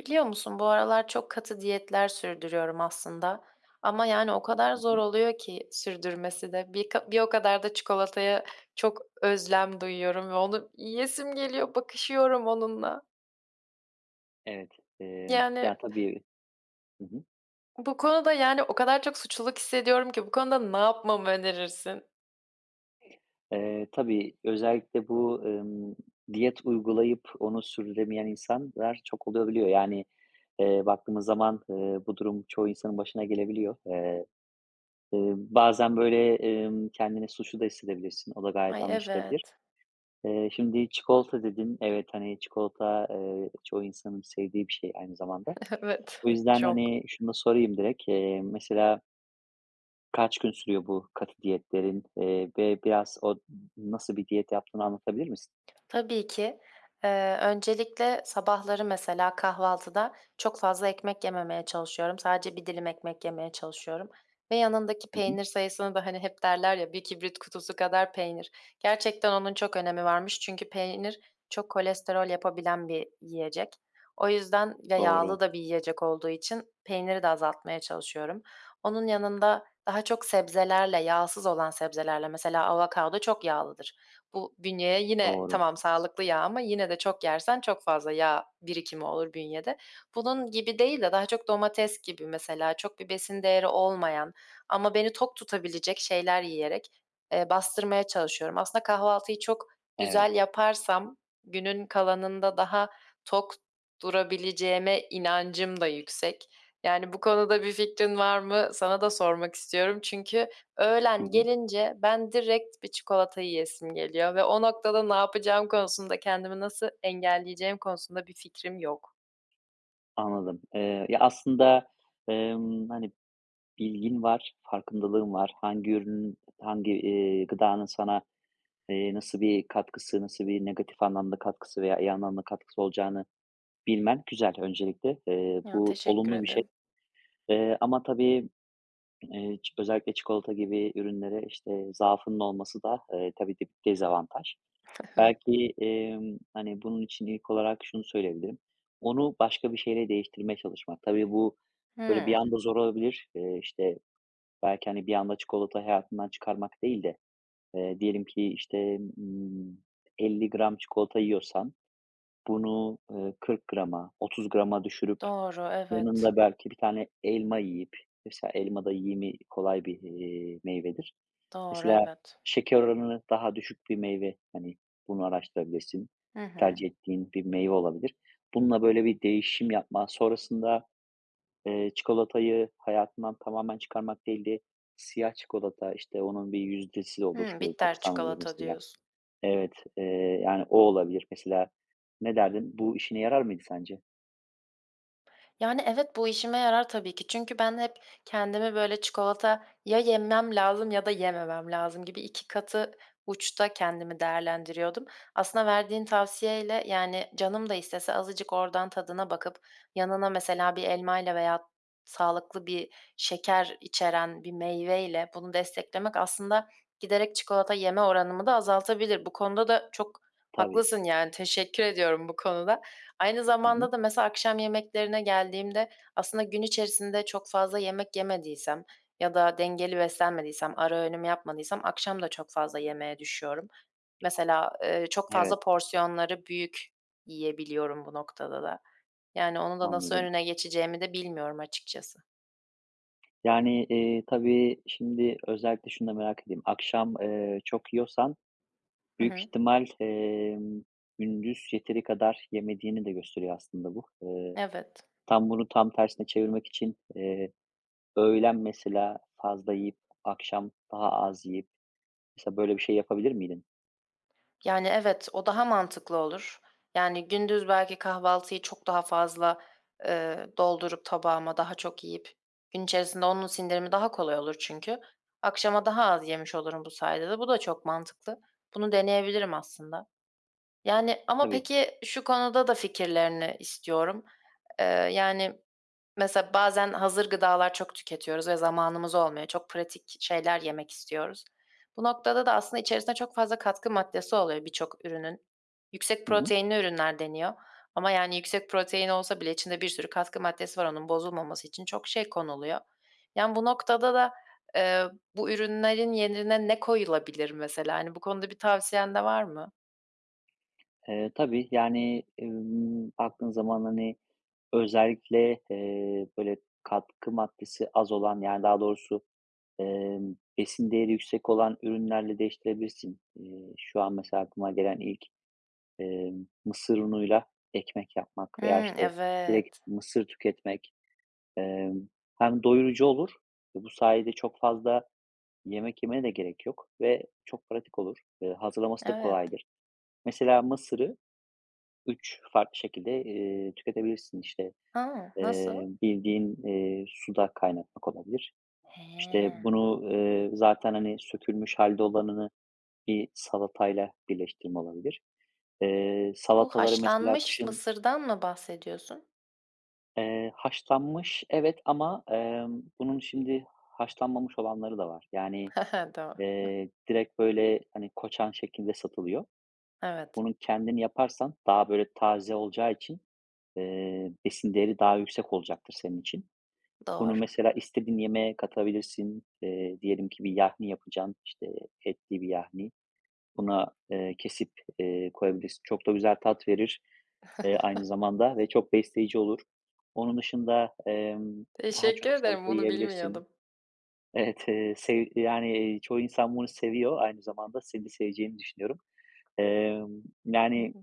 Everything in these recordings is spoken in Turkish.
Biliyor musun, bu aralar çok katı diyetler sürdürüyorum aslında ama, yani, o kadar Hı zor hı. oluyor ki sürdürmesi de. Bir o kadar da çikolataya çok özlem duyuyorum ve onu yesim geliyor, bakışıyorum onunla. Evet. Yani, Ya, tabii. Hı hı. bu konuda, yani, o kadar çok suçluluk hissediyorum ki bu konuda ne yapmamı önerirsin? Tabii özellikle bu, diyet uygulayıp onu sürdüremeyen insanlar çok olabiliyor. Yani, baktığımız zaman, bu durum çoğu insanın başına gelebiliyor. Bazen böyle, kendini suçlu da hissedebilirsin. O da gayet Ay, anlaşılabilir. evet. Şimdi çikolata dedin. Evet, hani, çikolata, çoğu insanın sevdiği bir şey aynı zamanda. Evet, O yüzden, çok. hani, şunu da sorayım direkt. Mesela kaç gün sürüyor bu katı diyetlerin, ve biraz o nasıl bir diyet yaptığını anlatabilir misin? Tabii ki. Öncelikle sabahları mesela kahvaltıda çok fazla ekmek yememeye çalışıyorum. Sadece bir dilim ekmek yemeye çalışıyorum ve yanındaki Hı hı. peynir sayısını da, hani, hep derler ya, "Bir kibrit kutusu kadar peynir." Gerçekten onun çok önemi varmış çünkü peynir çok kolesterol yapabilen bir yiyecek. O yüzden ve yağlı Doğru, da bir yiyecek olduğu için peyniri de azaltmaya çalışıyorum. Onun yanında daha çok sebzelerle, yağsız olan sebzelerle, mesela avokado çok yağlıdır. Bu bünyeye yine doğru. tamam sağlıklı yağ ama yine de çok yersen çok fazla yağ birikimi olur bünyede. Bunun gibi değil de daha çok domates gibi mesela çok bir besin değeri olmayan ama beni tok tutabilecek şeyler yiyerek, bastırmaya çalışıyorum. Aslında kahvaltıyı çok Evet. güzel yaparsam günün kalanında daha tok durabileceğime inancım da yüksek. Yani bu konuda bir fikrin var mı? Sana da sormak istiyorum çünkü Hı öğlen hı. gelince ben direkt bir çikolata yiyesim geliyor ve o noktada ne yapacağım konusunda, kendimi nasıl engelleyeceğim konusunda bir fikrim yok. Anladım. Ya, aslında, hani, bilgin var, farkındalığın var. Hangi ürünün, hangi, gıdanın sana, nasıl bir katkısı, nasıl bir negatif anlamda katkısı veya iyi anlamda katkısı olacağını bilmen güzel öncelikle. Ya, Bu teşekkür olumlu bir şey. ederim. Ama tabii. Ç Özellikle çikolata gibi ürünlere, işte, zaafının olması da, tabii ki bir dezavantaj. Evet. Belki, hani, bunun için ilk olarak şunu söyleyebilirim. Onu başka bir şeyle değiştirmeye çalışmak. Tabii bu, böyle, bir Hıı. anda zor olabilir. İşte, belki, hani, bir anda çikolata hayatından çıkarmak değil de, diyelim ki, işte, 50 gram çikolata yiyorsan bunu, 40 grama, 30 grama düşürüp, Doğru, evet. yanında belki bir tane elma yiyip, mesela elma da yiyimi kolay bir, meyvedir. Doğru, Mesela evet. şeker oranı daha düşük bir meyve, hani, bunu araştırabilirsin. Hı hı. Tercih ettiğin bir meyve olabilir. Bununla böyle bir değişim yapma, sonrasında, çikolatayı hayatından tamamen çıkarmak değil de siyah çikolata, işte, onun bir yüzdesi olur, Hıı, bitter 90 olur çikolata mesela. diyorsun. Evet, yani o olabilir mesela. Ne derdin? Bu işine yarar mıydı sence? Yani, evet, bu işime yarar tabii ki. Çünkü ben hep kendimi, böyle, çikolata ya yemem lazım ya da yememem lazım gibi 2 katı uçta kendimi değerlendiriyordum. Aslında verdiğin tavsiyeyle, yani, canım da istese azıcık oradan tadına bakıp yanına mesela bir elmayla veya sağlıklı bir şeker içeren bir meyveyle bunu desteklemek aslında giderek çikolata yeme oranımı da azaltabilir. Bu konuda da çok Tabii. haklısın, yani, teşekkür ediyorum bu konuda. Aynı Hı hı. zamanda da mesela akşam yemeklerine geldiğimde aslında gün içerisinde çok fazla yemek yemediysem ya da dengeli beslenmediysem, ara öğünüm yapmadıysam akşam da çok fazla yemeğe düşüyorum. Mesela, çok Evet, fazla porsiyonları büyük yiyebiliyorum bu noktada da. Yani, onu da nasıl anladım. önüne geçeceğimi de bilmiyorum açıkçası. Yani, tabii şimdi özellikle şunu da merak edeyim. Akşam, çok yiyorsan Hı büyük hı. ihtimal, gündüz yeteri kadar yemediğini de gösteriyor aslında bu. Evet. Tam bunu tam tersine çevirmek için, öğlen mesela fazla yiyip akşam daha az yiyip mesela böyle bir şey yapabilir miydin? Yani, evet, o daha mantıklı olur. Yani, gündüz belki kahvaltıyı çok daha fazla, doldurup tabağıma daha çok yiyip gün içerisinde onun sindirimi daha kolay olur çünkü. Akşama daha az yemiş olurum bu sayede de. Bu da çok mantıklı. Bunu deneyebilirim aslında. Yani, ama Tabii. peki şu konuda da fikirlerini istiyorum. Eee, yani, mesela bazen hazır gıdalar çok tüketiyoruz ve zamanımız olmuyor. Çok pratik şeyler yemek istiyoruz. Bu noktada da aslında içerisinde çok fazla katkı maddesi oluyor birçok ürünün. Yüksek Hı hı. proteinli ürünler deniyor ama yani yüksek protein olsa bile içinde bir sürü katkı maddesi var onun bozulmaması için çok şey konuluyor. Yani bu noktada da, eee, bu ürünlerin yerine ne koyulabilir mesela? Hani bu konuda bir tavsiyen de var mı? Tabii, yani, baktığın zaman, hani, özellikle, böyle katkı maddesi az olan, yani, daha doğrusu, besin değeri yüksek olan ürünlerle değiştirebilirsin. Şu an mesela aklıma gelen ilk, mısır unuyla ekmek yapmak veya, Hımm, işte, direkt evet. mısır tüketmek, emm, hem doyurucu olur ve bu sayede çok fazla yemek yemene de gerek yok ve çok pratik olur. Hazırlaması da Evet. kolaydır. Mesela mısırı 3 farklı şekilde, tüketebilirsin. İşte, A! Nasıl? Bildiğin, suda kaynatmak olabilir. He. İşte, bunu, zaten, hani, sökülmüş halde olanını bir salatayla birleştirme olabilir. Bu Salataları mesela haşlanmış kışın, mısırdan mı bahsediyorsun? Haşlanmış evet ama, bunun şimdi haşlanmamış olanları da var. Yani, He he, doğru. Direkt böyle, hani, koçan şeklinde satılıyor. Evet, Bunun kendini yaparsan daha böyle taze olacağı için, besin değeri daha yüksek olacaktır senin için. Bunu doğru. mesela istediğin yemeğe katabilirsin. Diyelim ki bir yahni yapacaksın, işte, etli bir yahni. Buna, kesip, koyabilirsin. Çok da güzel tat verir, aynı zamanda ve çok besleyici olur. Onun dışında, daha Teşekkür çok ederim, salata bunu yiyebilirsin. bilmiyordum. Evet, sev yani, çoğu insan bunu seviyor. Aynı zamanda seni de seveceğini düşünüyorum. Hı Yani, hı.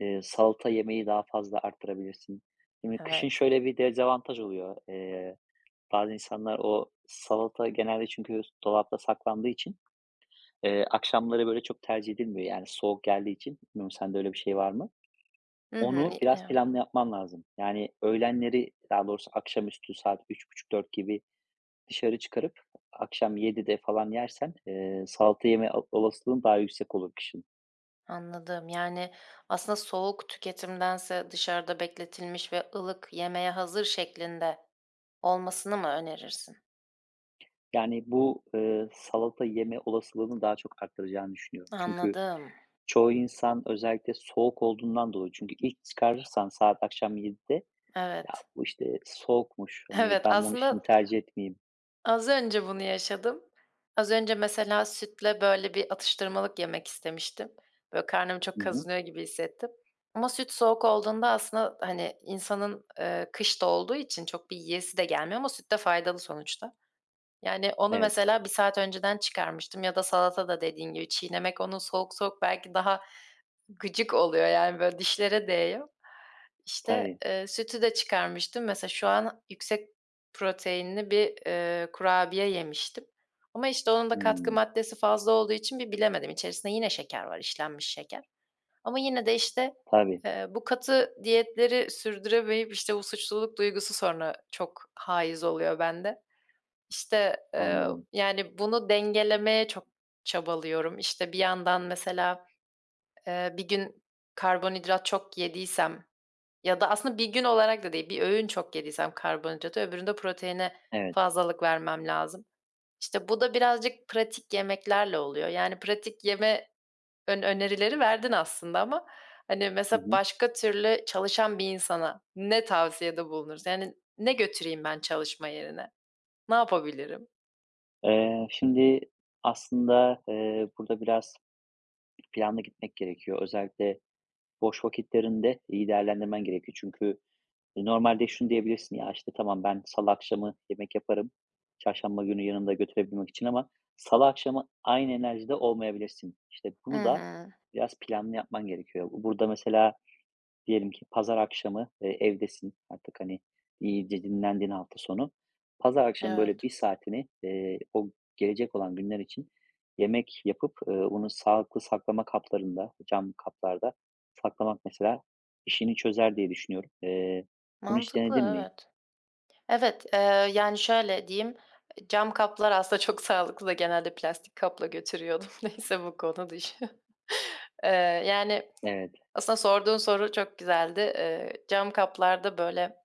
salata yemeyi daha fazla arttırabilirsin. Şimdi kışın Evet. şöyle bir dezavantaj oluyor. Bazı insanlar o salata genelde çünkü dolapta saklandığı için, akşamları böyle çok tercih edilmiyor, yani, soğuk geldiği için. Bilmiyorum sende öyle bir şey var mı? Hı hı. Onu İ biraz planlı yapman lazım. Yani, öğlenleri, daha doğrusu akşamüstü saat üç buçuk dört gibi dışarı çıkarıp akşam 7'de falan yersen, salata yeme o olasılığın daha yüksek olur kışın. Anladım. Yani, aslında soğuk tüketimdense dışarıda bekletilmiş ve ılık, yemeğe hazır şeklinde olmasını mı önerirsin? Yani, bu, salata yeme olasılığını daha çok arttıracağını düşünüyorum. Çünkü Anladım. çoğu insan özellikle soğuk olduğundan dolayı çünkü ilk çıkarırsan saat akşam 7'de, "Ya, Evet. bu, işte, soğukmuş, hani, Evet, ben bunu şimdi aslında tercih etmeyeyim." az önce bunu yaşadım. Az önce mesela sütle, böyle, bir atıştırmalık yemek istemiştim. Böyle, karnım çok Hı. kazınıyor gibi hissettim ama süt soğuk olduğunda aslında, hani, insanın, kış olduğu için çok bir yiyesi de gelmiyor ama süt de faydalı sonuçta. Yani, onu Evet, mesela bir saat önceden çıkarmıştım ya da salata da dediğin gibi çiğnemek onu soğuk soğuk belki daha gıcık oluyor, yani, böyle, dişlere değiyor. İşte, tabii. Sütü de çıkarmıştım. Mesela şu an yüksek proteinli bir, kurabiye yemiştim ama, işte, onun da katkı Hımm. maddesi fazla olduğu için bir bilemedim. İçerisinde yine şeker var, işlenmiş şeker ama yine de, işte, Tabii, bu katı diyetleri sürdüremeyip, işte, bu suçluluk duygusu sonra çok haiz oluyor bende. İşte, anladım. yani, bunu dengelemeye çok çabalıyorum. İşte, bir yandan mesela, bir gün karbonhidrat çok yediysem ya da aslında bir gün olarak da değil, bir öğün çok yediysem karbonhidratı, öbüründe proteine Evet. fazlalık vermem lazım. İşte bu da birazcık pratik yemeklerle oluyor. Yani pratik yeme önerileri verdin aslında ama, hani, Hı mesela hı. başka türlü çalışan bir insana ne tavsiyede bulunuruz? Yani ne götüreyim ben çalışma yerine? Ne yapabilirim? Şimdi aslında, burada biraz planlı gitmek gerekiyor. Özellikle boş vakitlerinde iyi değerlendirmen gerekiyor. Çünkü, normalde şunu diyebilirsin, "Ya, işte, tamam, ben salı akşamı yemek yaparım, çarşamba günü yanımda götürebilmek için." ama salı akşamı aynı enerjide olmayabilirsin. İşte, Hı bunu da hı. biraz planlı yapman gerekiyor. Burada mesela diyelim ki pazar akşamı, evdesin artık, hani, iyice dinlendin hafta sonu. Pazar akşamı böyle Evet, bir saatini, o gelecek olan günler için yemek yapıp, onu sağlıklı saklama kaplarında, cam kaplarda saklamak mesela işini çözer diye düşünüyorum. Bunu hiç mantıklı, denedin mi? evet. Evet, yani, şöyle diyeyim, cam kaplar aslında çok sağlıklı. Genelde plastik kapla götürüyordum. Neyse bu konu dışı. Eee, Yani, Evet. aslında sorduğun soru çok güzeldi. Cam kaplarda, böyle,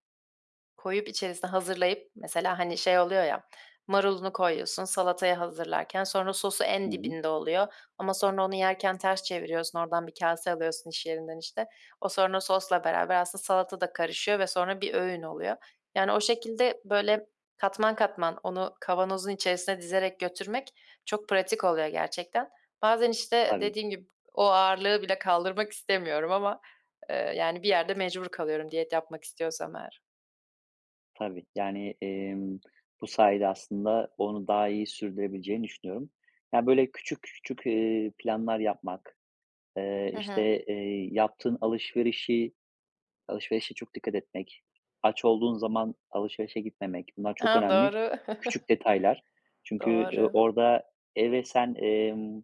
koyup içerisine hazırlayıp mesela, hani, şey oluyor ya, marulunu koyuyorsun, salataya hazırlarken sonra sosu en Hı hı. dibinde oluyor ama sonra onu yerken ters çeviriyorsun, oradan bir kase alıyorsun iş yerinden, işte. O sonra sosla beraber aslında salata da karışıyor ve sonra bir öğün oluyor. Yani, o şekilde, böyle, katman katman onu kavanozun içerisine dizerek götürmek çok pratik oluyor gerçekten. Bazen, işte, Tabii, dediğim gibi o ağırlığı bile kaldırmak istemiyorum ama, yani, bir yerde mecbur kalıyorum diyet yapmak istiyorsam eğer. tabii. Yani, bu sayede aslında onu daha iyi sürdürebileceğini düşünüyorum. Yani böyle küçük küçük, planlar yapmak. Hı hı. İşte, yaptığın alışverişi alışverişe çok dikkat etmek, aç olduğun zaman alışverişe gitmemek, bunlar çok Ha, önemli doğru. küçük detaylar. Çünkü, Doğru, orada eve sen,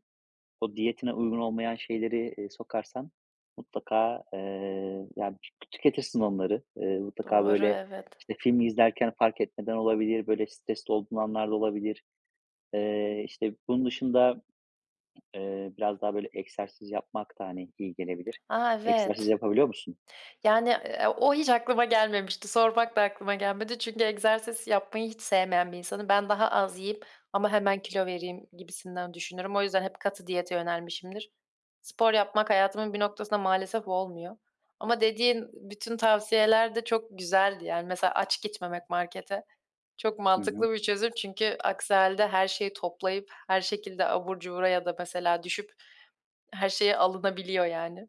o diyetine uygun olmayan şeyleri, sokarsan mutlaka, ya, tüketirsin onları. Mutlaka, doğru, böyle, evet. işte, film izlerken fark etmeden olabilir, böyle, stresli olduğun anlar da olabilir. İşte, bunun dışında, biraz daha böyle egzersiz yapmak da, hani, iyi gelebilir. A, Egzersiz evet. yapabiliyor musun? Yani, o hiç aklıma gelmemişti. Sormak da aklıma gelmedi çünkü egzersiz yapmayı hiç sevmeyen bir insanım. Ben daha az yiyip ama hemen kilo vereyim gibisinden düşünürüm. O yüzden hep katı diyete yönelmişimdir. Spor yapmak hayatımın bir noktasında maalesef olmuyor ama dediğin bütün tavsiyeler de çok güzeldi. Yani, mesela aç gitmemek markete. Çok Hı hı. mantıklı bir çözüm çünkü aksi hâlde her şeyi toplayıp her şekilde abur cubura ya da mesela düşüp her şeye alınabiliyor yani.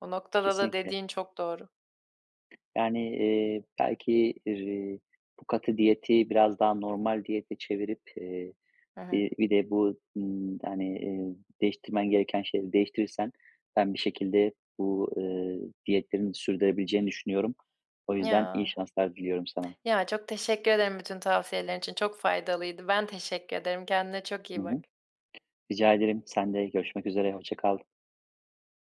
O noktada da Kesinlikle. dediğin çok doğru. Yani, belki, bu katı diyeti biraz daha normal diyete çevirip, Hı hı. bir de bu, hani, değiştirmen gereken şeyleri değiştirirsen ben bir şekilde bu, diyetlerini sürdürebileceğini düşünüyorum. O yüzden iyi Ya. şanslar diliyorum sana. Ya, çok teşekkür ederim bütün tavsiyelerin için. Çok faydalıydı. Ben teşekkür ederim. Kendine çok Hı iyi bak. hı. Rica ederim. Sen de görüşmek üzere, hoşça kal.